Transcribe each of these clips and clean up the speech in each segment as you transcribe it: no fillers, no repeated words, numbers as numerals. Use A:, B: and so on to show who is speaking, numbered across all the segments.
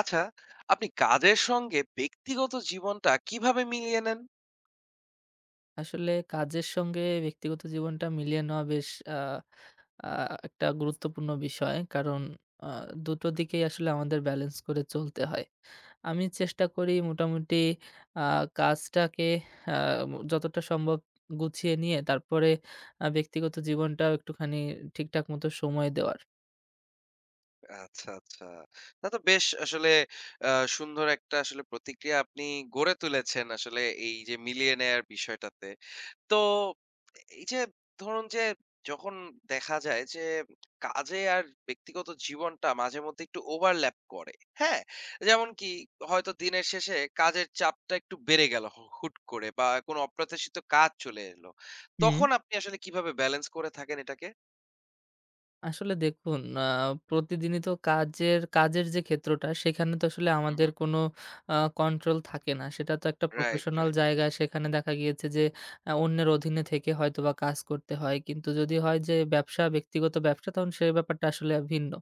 A: আচ্ছা, আপনি কাজের সঙ্গে ব্যক্তিগত জীবনটা কিভাবে মিলিয়ে নেন?
B: আসলে কাজের সঙ্গে ব্যক্তিগত জীবনটা মিলিয়ে নেওয়া বেশ আ আ একটা গুরুত্বপূর্ণ বিষয়। কারণ আ দুটো দিকেই আসলে আমাদের ব্যালেন্স করে চলতে হয়। আমি চেষ্টা করি মোটামুটি আ কাজটাকে আ যতটা সম্ভব গুছিয়ে নিয়ে তারপরে ব্যক্তিগত জীবনটাও একটুখানি ঠিকঠাক মতো সময় দেওয়ার।
A: আচ্ছা, আচ্ছা। তা তো বেশ আসলে আ সুন্দর একটা আসলে প্রতিক্রিয়া আপনি গড়ে তুলেছেন আসলে এই যে মিলিয়ে নেয়ার বিষয়টাতে। তো এই যে ধরুন যে যখন দেখা যায় যে কাজে আর ব্যক্তিগত জীবনটা মাঝে মধ্যে একটু ওভারল্যাপ করে, হ্যাঁ? যেমন কি হয়তো দিনের শেষে কাজের চাপটা একটু বেড়ে গেল হুট করে বা কোনো অপ্রত্যাশিত কাজ চলে এলো,
B: হুম।
A: তখন আপনি আসলে কিভাবে ব্যালেন্স করে থাকেন এটাকে?
B: আসলে দেখুন, প্রতিদিনই তো কাজের যে ক্ষেত্রটা সেখানে তো আসলে
A: হুম,
B: আমাদের
A: হুম,
B: কোনো কন্ট্রোল থাকে না। সেটা তো একটা
A: রাইট,
B: প্রফেশনাল
A: রাইট,
B: জায়গা। সেখানে দেখা গিয়েছে যে অন্যের অধীনে থেকে হয়তোবা কাজ করতে হয়। কিন্তু যদি হয় যে ব্যবসা, ব্যক্তিগত ব্যবসা তখন সেই ব্যাপারটা আসলে ভিন্ন।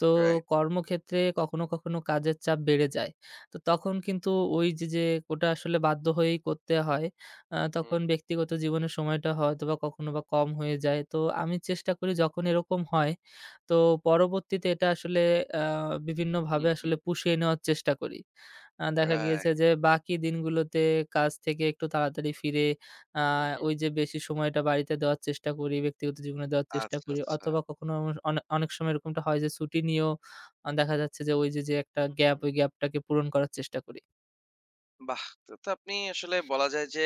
B: তো
A: রাইট,
B: কর্মক্ষেত্রে কখনো, কখনো কাজের চাপ বেড়ে যায়। তো তখন কিন্তু ওই যে, ওটা আসলে বাধ্য হয়েই করতে হয়।
A: হুম,
B: তখন ব্যক্তিগত জীবনের সময়টা হয়তোবা কখনো বা কম হয়ে যায়। তো আমি চেষ্টা করি যখন এরকম হয় তো পরবর্তীতে এটা আসলে আ
A: হুম,
B: বিভিন্নভাবে আসলে
A: হুম,
B: পুষিয়ে নেওয়ার চেষ্টা করি। দেখা গিয়েছে যে
A: রাইট,
B: বাকি দিনগুলোতে কাজ থেকে একটু তাড়াতাড়ি ফিরে
A: হুম
B: আ
A: right, হুম right, right, হুম right, হুম,
B: ওই
A: হুম,
B: যে বেশি সময়টা বাড়িতে দেওয়ার চেষ্টা করি, ব্যক্তিগত জীবনে দেওয়ার চেষ্টা
A: আচ্ছা,
B: করি
A: আচ্ছা।
B: অথবা কখনো আমার অনেক সময় এরকমটা হয় যে ছুটি নিয়েও দেখা যাচ্ছে যে ওই যে, একটা গ্যাপ, ওই গ্যাপটাকে পূরণ করার চেষ্টা করি।
A: বাহ! তো তো আপনি আসলে বলা যায় যে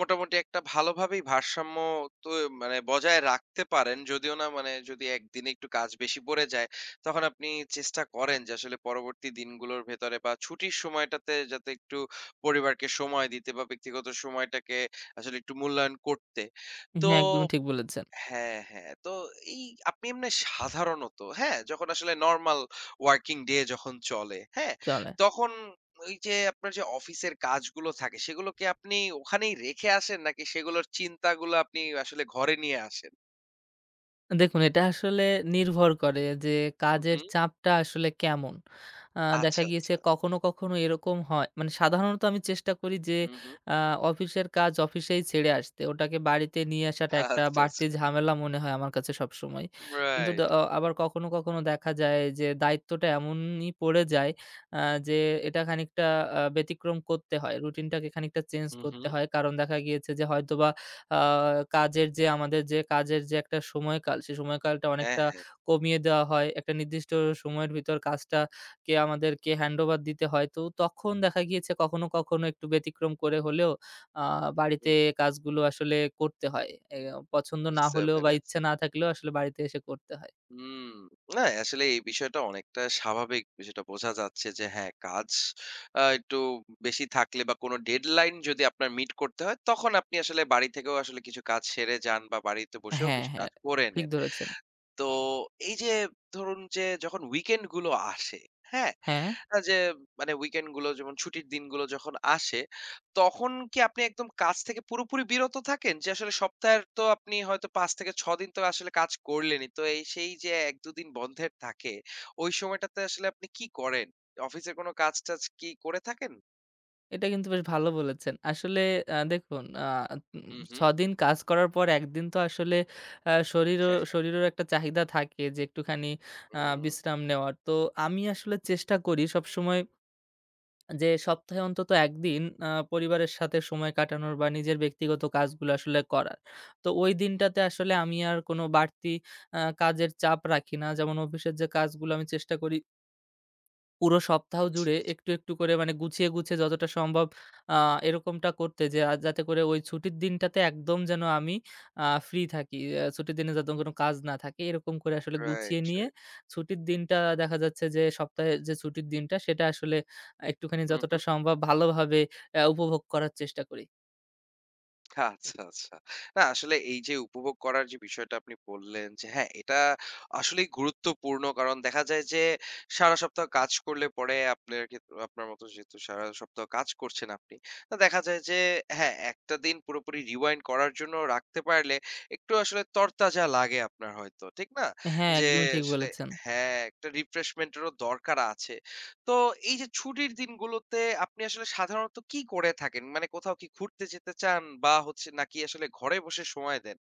A: মোটামুটি একটা ভালোভাবেই ভারসাম্য, তো মানে বজায় রাখতে পারেন। যদিও না, মানে যদি একদিনে একটু কাজ বেশি পড়ে যায়, তখন আপনি চেষ্টা করেন যে আসলে পরবর্তী দিনগুলোর ভেতরে বা ছুটির সময়টাতে যাতে একটু পরিবারকে সময় দিতে বা ব্যক্তিগত সময়টাকে আসলে একটু মূল্যায়ন করতে। তো
B: হ্যাঁ, একদমই ঠিক বলেছেন।
A: হ্যাঁ, হ্যাঁ। তো এই আপনি এমনি সাধারণত, হ্যাঁ? যখন আসলে নরমাল ওয়ার্কিং ডে যখন চলে, হ্যাঁ?
B: চলে।
A: তখন ওই যে আপনার যে অফিসের কাজগুলো থাকে সেগুলোকে আপনি ওখানেই রেখে আসেন নাকি সেগুলোর চিন্তাগুলো আপনি আসলে ঘরে নিয়ে আসেন?
B: দেখুন, এটা আসলে নির্ভর করে যে
A: হু,
B: কাজের
A: হু।
B: চাপটা আসলে কেমন। দেখা
A: আচ্ছা,
B: গিয়েছে
A: আচ্ছা।
B: কখনো, কখনো এরকম হয় মানে সাধারণত আমি চেষ্টা করি যে
A: হু, হু।
B: আ অফিসের কাজ অফিসেই ছেড়ে আসতে। ওটাকে বাড়িতে নিয়ে আসাটা একটা
A: আচ্ছা,
B: বাড়তি
A: আচ্ছা।
B: ঝামেলা মনে হয় আমার কাছে সবসময়। কিন্তু দ
A: রাইট।
B: অ আবার কখনো, কখনো দেখা যায় যে দায়িত্বটা এমনই পড়ে যায় আ যে এটা খানিকটা ব্যতিক্রম করতে হয়। রুটিনটাকে খানিকটা চেঞ্জ
A: হু, হু।
B: করতে হয়। কারণ দেখা গিয়েছে যে হয়তোবা আ কাজের যে আমাদের যে কাজের যে একটা সময়কাল, সেই সময়কালটা
A: হ্যাঁ,
B: অনেকটা
A: হ্যাঁ।
B: কমিয়ে দেওয়া হয়। একটা নির্দিষ্ট সময়ের ভিতর কাজটাকে আমাদেরকে হ্যান্ডওভার দিতে হয়। তো তখন দেখা গিয়েছে কখনো, কখনো একটু ব্যতিক্রম করে হলেও আ বাড়িতে
A: হুম,
B: কাজগুলো আসলে করতে হয়। এ পছন্দ না
A: বুঝতে
B: হলেও বা
A: পেরেছি।
B: ইচ্ছে না থাকলেও আসলে বাড়িতে এসে করতে হয়।
A: হুম, না আসলে এই বিষয়টা অনেকটা স্বাভাবিক। বিষয়টা বোঝা যাচ্ছে যে হ্যাঁ, কাজ একটু বেশি থাকলে বা কোনো ডেডলাইন যদি আপনার মিট করতে হয়, তখন আপনি আসলে বাড়ি থেকেও আসলে কিছু কাজ সেরে যান বা বাড়িতে বসেও
B: হ্যাঁ,
A: কিছু
B: হ্যাঁ।
A: কাজ করে
B: ঠিক
A: নেন।
B: ধরেছেন।
A: তো এই যে ধরুন যে যখন উইকেন্ড গুলো আসে, হ্যাঁ?
B: হ্যাঁ।
A: যে মানে উইকেন্ড গুলো যেমন ছুটির দিনগুলো যখন আসে, তখন কি আপনি একদম কাজ থেকে পুরোপুরি বিরত থাকেন? যে আসলে সপ্তাহের তো আপনি হয়তো ৫ থেকে ৬ দিন তো আসলে কাজ করলেনই। তো এই সেই যে ১-২ দিন বন্ধের থাকে, ওই সময়টাতে আসলে আপনি কি করেন? অফিসের কোনো কাজ-টাজ কি করে থাকেন?
B: এটা কিন্তু বেশ ভালো বলেছেন। আসলে দেখুন, আ উম
A: হু, হু।
B: ৬ দিন কাজ করার পর ১ দিন তো আসলে শরীরেরও একটা চাহিদা থাকে যে একটুখানি
A: হুম,
B: বিশ্রাম নেওয়ার। তো আমি আসলে চেষ্টা করি সবসময় যে সপ্তাহে অন্তত ১ দিন পরিবারের সাথে সময় কাটানোর বা নিজের ব্যক্তিগত কাজগুলো আসলে করার। তো ওই দিনটাতে আসলে আমি আর কোনো বাড়তি কাজের চাপ রাখি না। যেমন অফিসের যে কাজগুলো আমি চেষ্টা করি পুরো সপ্তাহ
A: আচ্ছা,
B: জুড়ে
A: আচ্ছা।
B: একটু, একটু করে মানে গুছিয়ে, গুছিয়ে যতটা সম্ভব আ এরকমটা করতে যে যাতে করে ওই ছুটির দিনটাতে একদম যেন আমি ফ্রি থাকি। ছুটির দিনে যাতে কোনো কাজ না থাকে এরকম করে আসলে গুছিয়ে
A: রাইট,
B: নিয়ে
A: রাইট।
B: ছুটির দিনটা দেখা যাচ্ছে যে সপ্তাহে যে ছুটির দিনটা সেটা আসলে একটুখানি
A: হু,
B: যতটা
A: হু।
B: সম্ভব ভালোভাবে উপভোগ করার চেষ্টা করি।
A: আচ্ছা, আচ্ছা। আচ্ছা। না আসলে এই যে উপভোগ করার যে বিষয়টা আপনি বললেন যে হ্যাঁ, এটা আসলেই গুরুত্বপূর্ণ। কারণ দেখা যায় যে সারা সপ্তাহ কাজ করলে পরে আপনার আপনার মতো যেহেতু সারা সপ্তাহ কাজ করছেন আপনি। তো দেখা যায় যে হ্যাঁ, একটা দিন পুরোপুরি rewind করার জন্য রাখতে পারলে একটু আসলে তরতাজা লাগে আপনার হয়তো। ঠিক না?
B: হ্যাঁ,
A: যে
B: একদমই ঠিক
A: আসলে
B: বলেছেন।
A: হ্যাঁ, একটা রিফ্রেশমেন্ট এরও দরকার আছে। তো এই যে ছুটির দিনগুলোতে আপনি আসলে সাধারণত কি করে থাকেন? মানে কোথাও কি ঘুরতে যেতে চান বা হচ্ছে নাকি আসলে ঘরে বসে সময় দেন?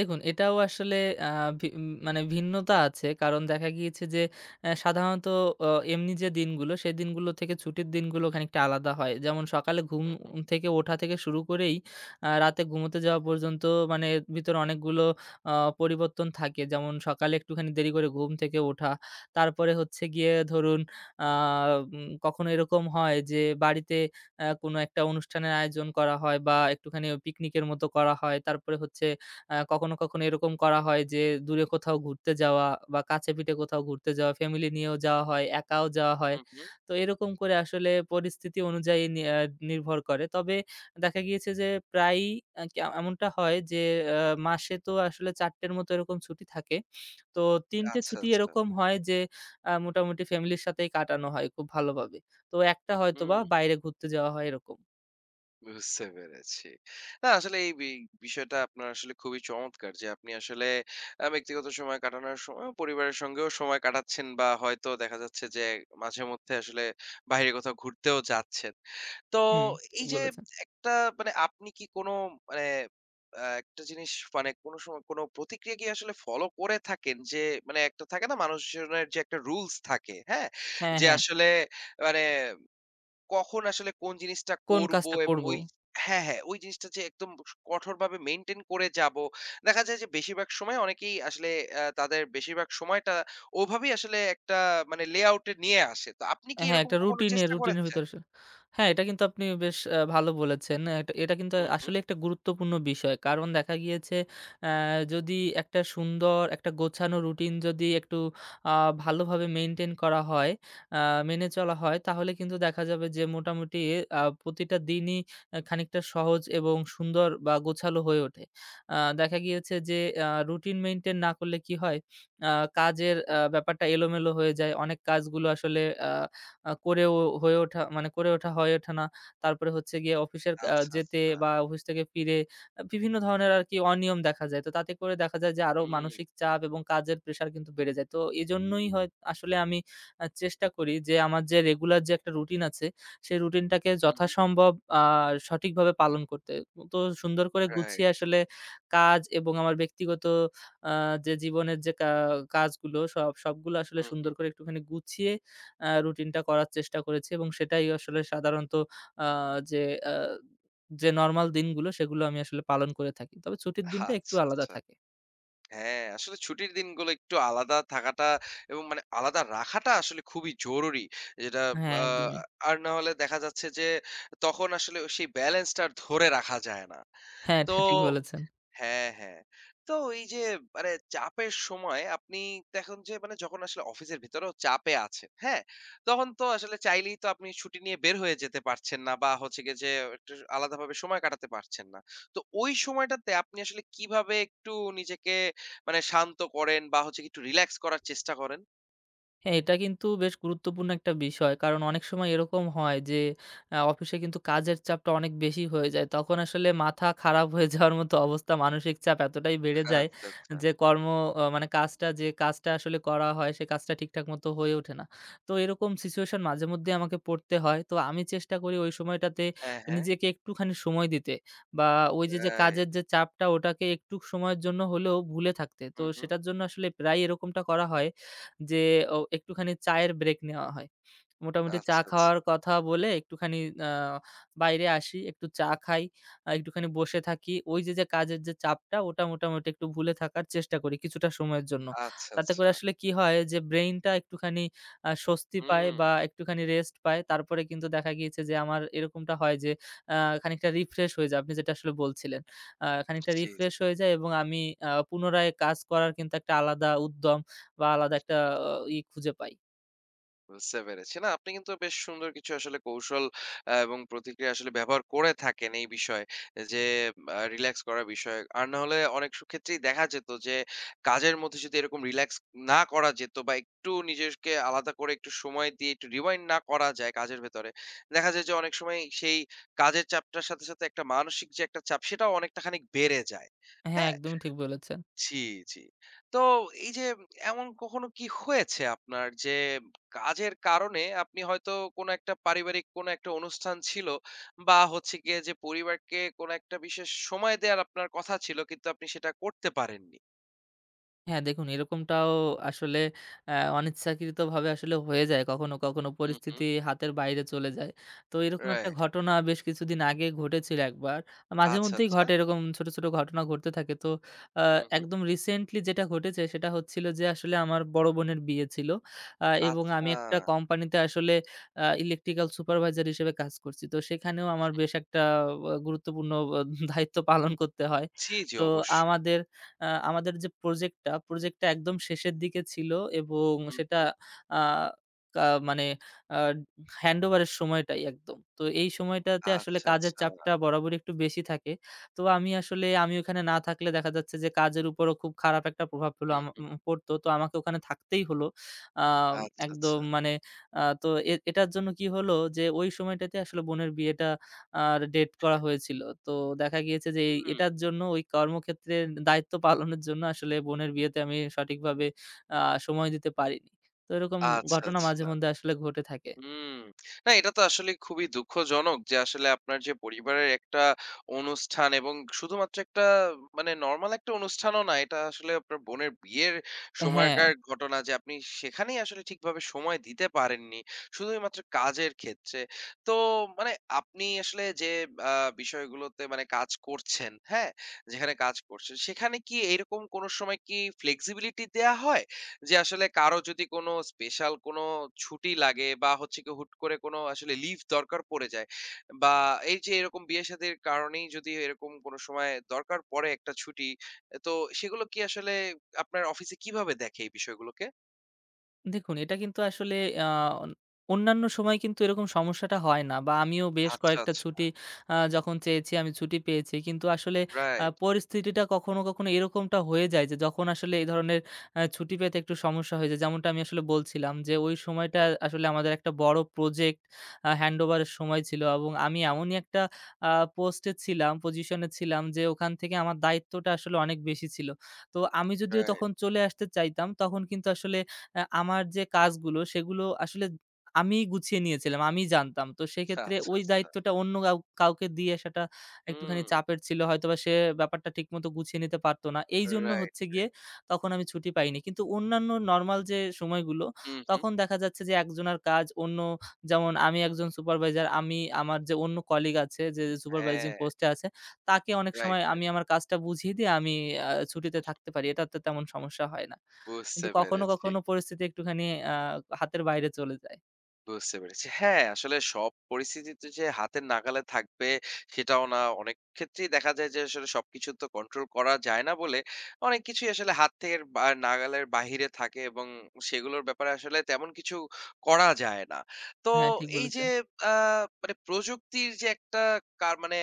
B: দেখুন, এটাও আসলে আ মানে ভিন্নতা আছে। কারণ দেখা গিয়েছে যে সাধারণত অ এমনি যে দিনগুলো, সেই দিনগুলো থেকে ছুটির দিনগুলো খানিকটা আলাদা হয়। যেমন সকালে ঘুম
A: হুম, হুম,
B: থেকে ওঠা থেকে শুরু করেই রাতে ঘুমোতে যাওয়া পর্যন্ত মানে এর ভিতরে অনেকগুলো আ পরিবর্তন থাকে। যেমন সকালে একটুখানি দেরি করে ঘুম থেকে ওঠা। তারপরে হচ্ছে গিয়ে ধরুন আ উম কখনো এরকম হয় যে বাড়িতে কোনো একটা অনুষ্ঠানের আয়োজন করা হয় বা একটুখানি পিকনিকের মতো করা হয়। তারপরে হচ্ছে কখনো, কখনো এরকম করা হয় যে দূরে কোথাও ঘুরতে যাওয়া বা কাছে-পিঠে কোথাও ঘুরতে যাওয়া, ফ্যামিলি নিয়েও যাওয়া হয়, একাও যাওয়া হয়।
A: হুম, হুম।
B: তো এরকম করে আসলে পরিস্থিতি অনুযায়ী নি আ নির্ভর করে। তবে দেখা গিয়েছে যে প্রায়ই আ কে এমনটা হয় যে আ মাসে তো আসলে ৪ টের মতো এরকম ছুটি থাকে। তো ৩ টে
A: আচ্ছা,
B: ছুটি
A: আচ্ছা।
B: এরকম হয় যে মোটামুটি ফ্যামিলির সাথেই কাটানো হয় খুব ভালোভাবে। তো একটা হয়তোবা
A: হুম।
B: বাইরে ঘুরতে যাওয়া হয় এরকম।
A: বুঝতে পেরেছি। না আসলে এই বিষয়টা আপনার আসলে খুবই চমৎকার যে আপনি আসলে ব্যক্তিগত সময় কাটানোর সময়ও পরিবারের সঙ্গেও সময় কাটাচ্ছেন বা হয়তো দেখা যাচ্ছে যে মাঝেমধ্যে আসলে বাইরে কোথাও ঘুরতেও যাচ্ছেন। তো
B: হুম,
A: এই
B: ঠিক
A: যে
B: বলেছেন।
A: একটা মানে আপনি কি কোনো মানে একটা জিনিস, মানে কোনো সময় কোনো প্রতিক্রিয়া কি আসলে ফলো করে থাকেন? যে মানে একটা থাকে না মানুষজনের, যে একটা রুলস থাকে, হ্যাঁ?
B: হ্যাঁ,
A: যে
B: হ্যাঁ।
A: আসলে মানে কখন আসলে কোন জিনিসটা
B: কোন
A: করব
B: কাজটা
A: এবং
B: করব?
A: ওই হ্যাঁ, হ্যাঁ, ওই জিনিসটা যে একদম কঠোরভাবে মেইনটেইন করে যাবো। দেখা যায় যে বেশিরভাগ সময় অনেকেই আসলে তাদের বেশিরভাগ সময়টা ওভাবেই আসলে একটা মানে লেআউট এ নিয়ে আসে। তো আপনি কি
B: হ্যাঁ,
A: এরকম
B: একটা
A: কখনো চেষ্টা
B: রুটিনের
A: করেছেন?
B: ভিতরে আসলে হ্যাঁ, এটা কিন্তু আপনি বেশ ভালো বলেছেন। এটা এটা কিন্তু
A: হুম, হুম,
B: আসলে একটা গুরুত্বপূর্ণ বিষয়। কারণ দেখা গিয়েছে অ্যা যদি একটা সুন্দর একটা গোছানো রুটিন যদি একটু আ ভালোভাবে মেইনটেইন করা হয়, আ মেনে চলা হয় তাহলে কিন্তু দেখা যাবে যে মোটামুটি প্রতিটা দিনই খানিকটা সহজ এবং সুন্দর বা গোছালো হয়ে ওঠে। দেখা গিয়েছে যে রুটিন মেইনটেইন না করলে কি হয়, আ কাজের
A: হুম।
B: ব্যাপারটা এলোমেলো হয়ে যায়। অনেক কাজগুলো আসলে আ আ করেও হয়ে ওঠা মানে করে ওঠা হয়ে ওঠে না। তারপরে হচ্ছে গিয়ে অফিসের
A: আচ্ছা,
B: যেতে
A: আচ্ছা।
B: বা অফিস থেকে ফিরে বিভিন্ন ধরনের আরকি অনিয়ম দেখা যায়। তো তাতে করে দেখা যায় যে আরো
A: হুম,
B: মানসিক চাপ এবং কাজের প্রেশার কিন্তু বেড়ে যায়। তো এজন্যই হয় আসলে আমি চেষ্টা করি যে আমার যে রেগুলার যে একটা রুটিন আছে, সেই রুটিনটাকে
A: হুম, হুম।
B: যথাসম্ভব আ সঠিকভাবে পালন করতে। তো সুন্দর করে গুছিয়ে
A: রাইট।
B: আসলে কাজ এবং আমার ব্যক্তিগত আ যে জীবনের যে কাজগুলো সবগুলো আসলে
A: হুম,
B: সুন্দর
A: হুম।
B: করে একটুখানি গুছিয়ে রুটিনটা করার চেষ্টা করেছি এবং সেটাই আসলে সাধারণত আ যে আ যে নরমাল দিনগুলো সেগুলো আমি আসলে পালন করে থাকি। তবে ছুটির দিনটা একটু
A: আচ্ছা,
B: আলাদা
A: আচ্ছা।
B: থাকে।
A: হ্যাঁ, আসলে ছুটির দিনগুলো একটু আলাদা থাকাটা এবং মানে আলাদা রাখাটা আসলে খুবই জরুরি। যেটা
B: হ্যাঁ,
A: আ
B: একদমই।
A: আর না হলে দেখা যাচ্ছে যে তখন আসলে সেই ব্যালেন্সটা আর ধরে রাখা যায় না।
B: হ্যাঁ,
A: তো
B: এটা ঠিক বলেছেন।
A: হ্যাঁ, হ্যাঁ। তো এই যে মানে চাপের সময় আপনি দেখুন যে মানে যখন আসলে অফিসের ভেতরেও চাপে আছেন, হ্যাঁ? তখন তো আসলে চাইলেই তো আপনি ছুটি নিয়ে বের হয়ে যেতে পারছেন না বা হচ্ছে গিয়ে যে একটু আলাদাভাবে সময় কাটাতে পারছেন না। তো ওই সময়টাতে আপনি আসলে কিভাবে একটু নিজেকে মানে শান্ত করেন বা হচ্ছে কি একটু রিল্যাক্স করার চেষ্টা করেন?
B: হ্যাঁ, এটা কিন্তু বেশ গুরুত্বপূর্ণ একটা বিষয়। কারণ অনেক সময় এরকম হয় যে অফিসে কিন্তু কাজের চাপটা অনেক বেশি হয়ে যায়। তখন আসলে মাথা খারাপ হয়ে যাওয়ার মতো অবস্থা, মানসিক চাপ এতটাই বেড়ে যায়
A: আচ্ছা, আচ্ছা।
B: যে কর্ম অ মানে কাজটা যে কাজটা আসলে করা হয় সে কাজটা ঠিকঠাক মতো হয়ে ওঠে না। তো এরকম সিচুয়েশন মাঝে মধ্যেই আমাকে পড়তে হয়। তো আমি চেষ্টা করি ওই সময়টাতে
A: হ্যাঁ, হ্যাঁ।
B: নিজেকে একটুখানি সময় দিতে বা ওই যে, যে
A: রাইট।
B: কাজের যে চাপটা ওটাকে একটু সময়ের জন্য হলেও ভুলে থাকতে। তো
A: হুম, হুম।
B: সেটার জন্য আসলে প্রায়ই এরকমটা করা হয়। যে একটুখানি চায়ের ব্রেক নেওয়া হয়। মোটামুটি চা
A: আচ্ছা, আচ্ছা।
B: খাওয়ার কথা বলে একটুখানি আ বাইরে আসি, একটু চা খাই, একটুখানি বসে থাকি। ওই যে, কাজের যে চাপটা ওটা মোটামুটি একটু ভুলে থাকার চেষ্টা করি কিছুটা সময়ের জন্য।
A: আচ্ছা,
B: তাতে
A: আচ্ছা।
B: করে আসলে কি হয় যে ব্রেইনটা একটুখানি স্বস্তি পায়
A: হুম।
B: বা একটুখানি রেস্ট পায়। তারপরে কিন্তু দেখা গিয়েছে যে আমার এরকমটা হয় যে আ খানিকটা রিফ্রেশ হয়ে যায় আপনি যেটা আসলে বলছিলেন। খানিকটা
A: জি।
B: রিফ্রেশ হয়ে যায় এবং আমি পুনরায় কাজ করার কিন্তু একটা আলাদা উদ্যম বা আলাদা একটা আহ, ই খুঁজে পাই।
A: বুঝতে পেরেছি। না, আপনি কিন্তু বেশ সুন্দর কিছু আসলে কৌশল এবং প্রতিক্রিয়া আসলে ব্যবহার করে থাকেন এই বিষয়ে। যে রিল্যাক্স করার বিষয়ে। আর না হলে অনেক ক্ষেত্রেই দেখা যেত যে কাজের মধ্যে যদি এরকম রিল্যাক্স না করা যেত বা একটু নিজেকে আলাদা করে একটু সময় দিয়ে একটু রিওয়াইন্ড না করা যায় কাজের ভেতরে, দেখা যায় যে অনেক সময় সেই কাজের চাপটার সাথে সাথে একটা মানসিক যে একটা চাপ সেটাও অনেকটা খানিক বেড়ে যায়।
B: হ্যাঁ,
A: হ্যাঁ?
B: একদমই ঠিক বলেছেন।
A: জি, জি। তো এই যে এমন কখনো কি হয়েছে আপনার যে কাজের কারণে আপনি হয়তো কোনো একটা পারিবারিক কোনো একটা অনুষ্ঠান ছিল বা হচ্ছে গিয়ে যে পরিবারকে কোনো একটা বিশেষ সময় দেওয়ার আপনার কথা ছিল কিন্তু আপনি সেটা করতে পারেননি?
B: হ্যাঁ, দেখুন, এরকমটাও আসলে অনিচ্ছাকৃতভাবে আসলে হয়ে যায়। কখনো, কখনো
A: হুম, হুম।
B: পরিস্থিতি হাতের বাইরে চলে যায়। তো এরকম একটা
A: রাইট।
B: ঘটনা বেশ কিছুদিন আগে ঘটেছিল একবার।
A: আচ্ছা,
B: মাঝেমধ্যেই
A: আচ্ছা।
B: ঘটে এরকম ছোট, ছোট ঘটনা ঘটতে থাকে। তো আ
A: হুম, হুম।
B: একদম রিসেন্টলি যেটা ঘটেছে সেটা হচ্ছিল যে আসলে আমার বড় বোনের বিয়ে ছিল। এবং
A: আচ্ছা।
B: আমি একটা কোম্পানিতে আসলে ইলেকট্রিক্যাল সুপারভাইজার হিসেবে কাজ করছি। তো সেখানেও আমার বেশ একটা গুরুত্বপূর্ণ দায়িত্ব পালন করতে হয়।
A: জি, জি,
B: তো
A: অবশ্যই।
B: আমাদের আ আমাদের যে প্রজেক্টটা একদম শেষের দিকে ছিল এবং
A: হুম,
B: সেটা
A: হুম।
B: আ কা মানে আ হ্যান্ডওভারের সময়টাই একদম। তো এই সময়টাতে আসলে
A: আচ্ছা,
B: কাজের
A: আচ্ছা।
B: চাপটা বরাবরই একটু বেশি থাকে। তো আমি আসলে ওখানে না থাকলে দেখা যাচ্ছে যে কাজের উপরও খুব খারাপ একটা প্রভাব পেলো
A: হুম,
B: আম
A: হুম।
B: উম পড়তো। তো আমাকে ওখানে থাকতেই হলো। আ
A: আচ্ছা,
B: একদম
A: আচ্ছা।
B: মানে আ তো এটার জন্য কি হলো যে ওই সময়টাতে আসলে বোনের বিয়েটা আর ডেট করা হয়েছিল। তো দেখা গিয়েছে যে
A: হুম।
B: এটার জন্য ওই কর্মক্ষেত্রের দায়িত্ব পালনের জন্য আসলে বোনের বিয়েতে আমি সঠিকভাবে আ সময় দিতে পারিনি। তো এরকম
A: আচ্ছা,
B: ঘটনা মাঝে
A: আচ্ছা।
B: মধ্যে আসলে ঘটে থাকে।
A: হুম। না এটা তো আসলে খুবই দুঃখজনক যে আসলে আপনার যে পরিবারের একটা অনুষ্ঠান এবং শুধুমাত্র একটা মানে নরমাল একটা অনুষ্ঠানও না, এটা আসলে আপনার বোনের বিয়ের
B: হ্যাঁ।
A: সময়কার ঘটনা যে আপনি সেখানেই আসলে ঠিকভাবে সময় দিতে পারেননি। শুধুই মাত্র কাজের ক্ষেত্রে। তো মানে আপনি আসলে যে আ বিষয়গুলোতে মানে কাজ করছেন, হ্যাঁ? যেখানে কাজ করছেন সেখানে কি এরকম কোনো সময় কি flexibility দেয়া হয়? যে আসলে কারো যদি কোনো স্পেশাল কোনো ছুটি লাগে বা হচ্ছে কি হুট করে কোনো আসলে লিভ দরকার পড়ে যায় বা এই যে এরকম বিয়ে শাদীর কারণেই যদি এরকম কোনো সময় দরকার পড়ে একটা ছুটি, তো সেগুলো কি আসলে আপনার অফিসে কিভাবে দেখে এই বিষয়গুলোকে?
B: দেখুন, এটা কিন্তু আসলে আ অন অন্যান্য সময় কিন্তু এরকম সমস্যাটা হয় না বা আমিও বেশ
A: আচ্ছা,
B: কয়েকটা
A: আচ্ছা।
B: ছুটি যখন চেয়েছি আমি ছুটি পেয়েছি। কিন্তু আসলে
A: রাইট,
B: পরিস্থিতিটা কখনো, কখনো এরকমটা হয়ে যায় যে যখন আসলে এই ধরনের ছুটি পেতে একটু সমস্যা হয়ে যায়। যেমনটা আমি আসলে বলছিলাম যে ওই সময়টা
A: হুম,
B: আসলে আমাদের একটা বড় প্রজেক্ট হ্যান্ড ওভারের সময় ছিল এবং আমি এমনই একটা আ পোস্টে ছিলাম, পজিশনে ছিলাম যে ওখান থেকে আমার দায়িত্বটা আসলে অনেক বেশি ছিল। তো আমি যদিও
A: রাইট।
B: তখন চলে আসতে চাইতাম তখন কিন্তু আসলে আমার যে কাজগুলো সেগুলো আসলে আমিই গুছিয়ে নিয়েছিলাম, আমিই জানতাম। তো
A: আচ্ছা,
B: সেক্ষেত্রে ওই
A: আচ্ছা।
B: দায়িত্বটা অন্য কাউকে দিয়ে আসাটা
A: হুম,
B: একটুখানি চাপের ছিল। হয়তোবা সে ব্যাপারটা ঠিকমতো গুছিয়ে নিতে পারত না। এইজন্য
A: রাইট,
B: হচ্ছে গিয়ে
A: রাইট।
B: তখন আমি ছুটি পাইনি। কিন্তু অন্যান্য নরমাল যে সময়গুলো
A: হুম, হুম।
B: তখন দেখা যাচ্ছে যে একজনের কাজ অন্য যেমন আমি একজন সুপারভাইজার, আমি আমার যে অন্য কলিগ আছে যে সুপারভাইজিং
A: হ্যাঁ,
B: পোস্টে আছে তাকে অনেক
A: রাইট,
B: সময় আমি
A: রাইট।
B: আমার কাজটা বুঝিয়ে দিয়ে আমি ছুটিতে থাকতে পারি। এটাতে তেমন সমস্যা হয় না। কিন্তু
A: বুঝতে
B: কখনো,
A: পেরেছি।
B: কখনো পরিস্থিতি একটুখানি আ হাতের বাইরে চলে যায়।
A: বুঝতে পেরেছি। হ্যাঁ, আসলে সব পরিস্থিতিতে যে হাতের নাগালে থাকবে সেটাও না। অনেক ক্ষেত্রেই দেখা যায় যে আসলে সবকিছু তো কন্ট্রোল করা যায় না বলে অনেক কিছুই আসলে হাতের বা নাগালের বাহিরে থাকে এবং সেগুলোর ব্যাপারে আসলে তেমন কিছু করা যায় না। তো
B: হ্যাঁ, ঠিক
A: এই
B: বলেছেন।
A: যে আ মানে প্রযুক্তির যে একটা মানে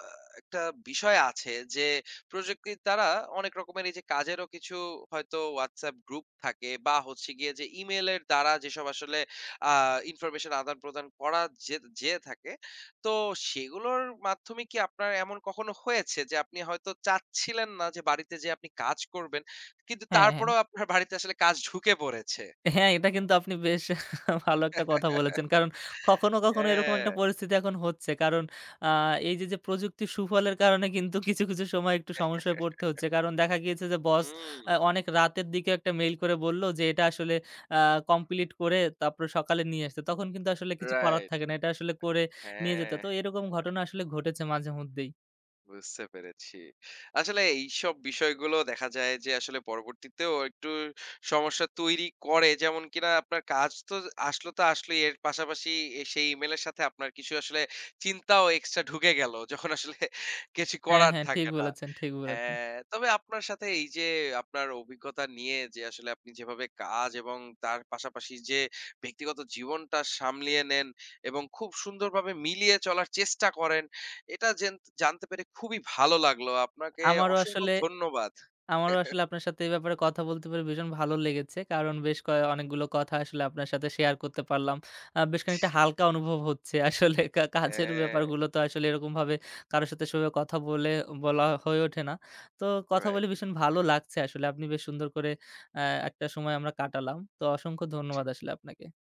A: আ একটা বিষয় আছে যে প্রযুক্তির দ্বারা অনেক রকমের এই যে কাজেরও কিছু হয়তো WhatsApp গ্রুপ থাকে বা হচ্ছে গিয়ে যে ইমেইলের দ্বারা যেসব আসলে আ ইনফরমেশন আদান-প্রদান করা যে যেয়ে থাকে। তো সেগুলোর মাধ্যমে কি আপনার এমন কখনো হয়েছে যে আপনি হয়তো চাচ্ছিলেন না যে বাড়িতে যেয়ে আপনি কাজ করবেন, কিন্তু
B: হ্যাঁ, হ্যাঁ।
A: তারপরেও আপনার বাড়িতে আসলে কাজ ঢুকে পড়েছে?
B: হ্যাঁ, এটা কিন্তু আপনি বেশ ভালো একটা কথা বলেছেন। কারণ কখনো, কখনো এরকম
A: হ্যাঁ।
B: একটা পরিস্থিতি এখন হচ্ছে। কারণ আ এই যে, প্রযুক্তির সুফলের কারণে কিন্তু কিছু, কিছু সময় একটু সমস্যায় পড়তে হচ্ছে। কারণ দেখা গিয়েছে যে বস
A: হুম।
B: অনেক রাতের দিকে একটা মেইল করে বলল যে, "এটা আসলে আ কমপ্লিট করে তারপরে সকালে নিয়ে আসতে।" তখন কিন্তু আসলে কিছু করার
A: রাইট।
B: থাকে না। এটা আসলে করে নিয়ে যেতে।
A: হ্যাঁ।
B: তো এরকম ঘটনা আসলে ঘটেছে মাঝেমধ্যেই।
A: বুঝতে পেরেছি। আসলে এইসব বিষয়গুলো দেখা যায় যে আসলে পরবর্তীতেও একটু সমস্যা তৈরি করে। যেমন কিনা আপনার কাজ তো আসলো তো আসলোই। এর পাশাপাশি সেই ইমেইলের সাথে আপনার কিছু আসলে চিন্তাও এক্সট্রা ঢুকে গেল। যখন আসলে কিছু
B: হ্যাঁ,
A: করার
B: হ্যাঁ। ঠিক
A: থাকে না।
B: বলেছেন, ঠিক বলেছেন।
A: হ্যাঁ, তবে আপনার সাথে এই যে আপনার অভিজ্ঞতা নিয়ে যে আসলে আপনি যেভাবে কাজ এবং তার পাশাপাশি যে ব্যক্তিগত জীবনটা সামলিয়ে নেন এবং খুব সুন্দরভাবে মিলিয়ে চলার চেষ্টা করেন এটা জানতে পেরে খুবই ভালো লাগলো। আপনাকে
B: আমারও
A: অসংখ্য
B: আসলে
A: ধন্যবাদ।
B: আমারও আসলে আপনার সাথে এই ব্যাপারে কথা বলতে পেরে ভীষণ ভালো লেগেছে। কারণ বেশ অনেকগুলো কথা আসলে আপনার সাথে শেয়ার করতে পারলাম। বেশ খানিকটা হালকা
A: জি,
B: অনুভব হচ্ছে। আসলে কাজের
A: হ্যাঁ,
B: ব্যাপারগুলো তো আসলে এরকমভাবে কারো সাথে সেভাবে কথা বলা হয়ে ওঠে না। তো কথা বলে
A: রাইট।
B: ভীষণ ভালো লাগছে আসলে। আপনি বেশ সুন্দর করে অ্যা একটা সময় আমরা কাটালাম। তো অসংখ্য ধন্যবাদ আসলে আপনাকে।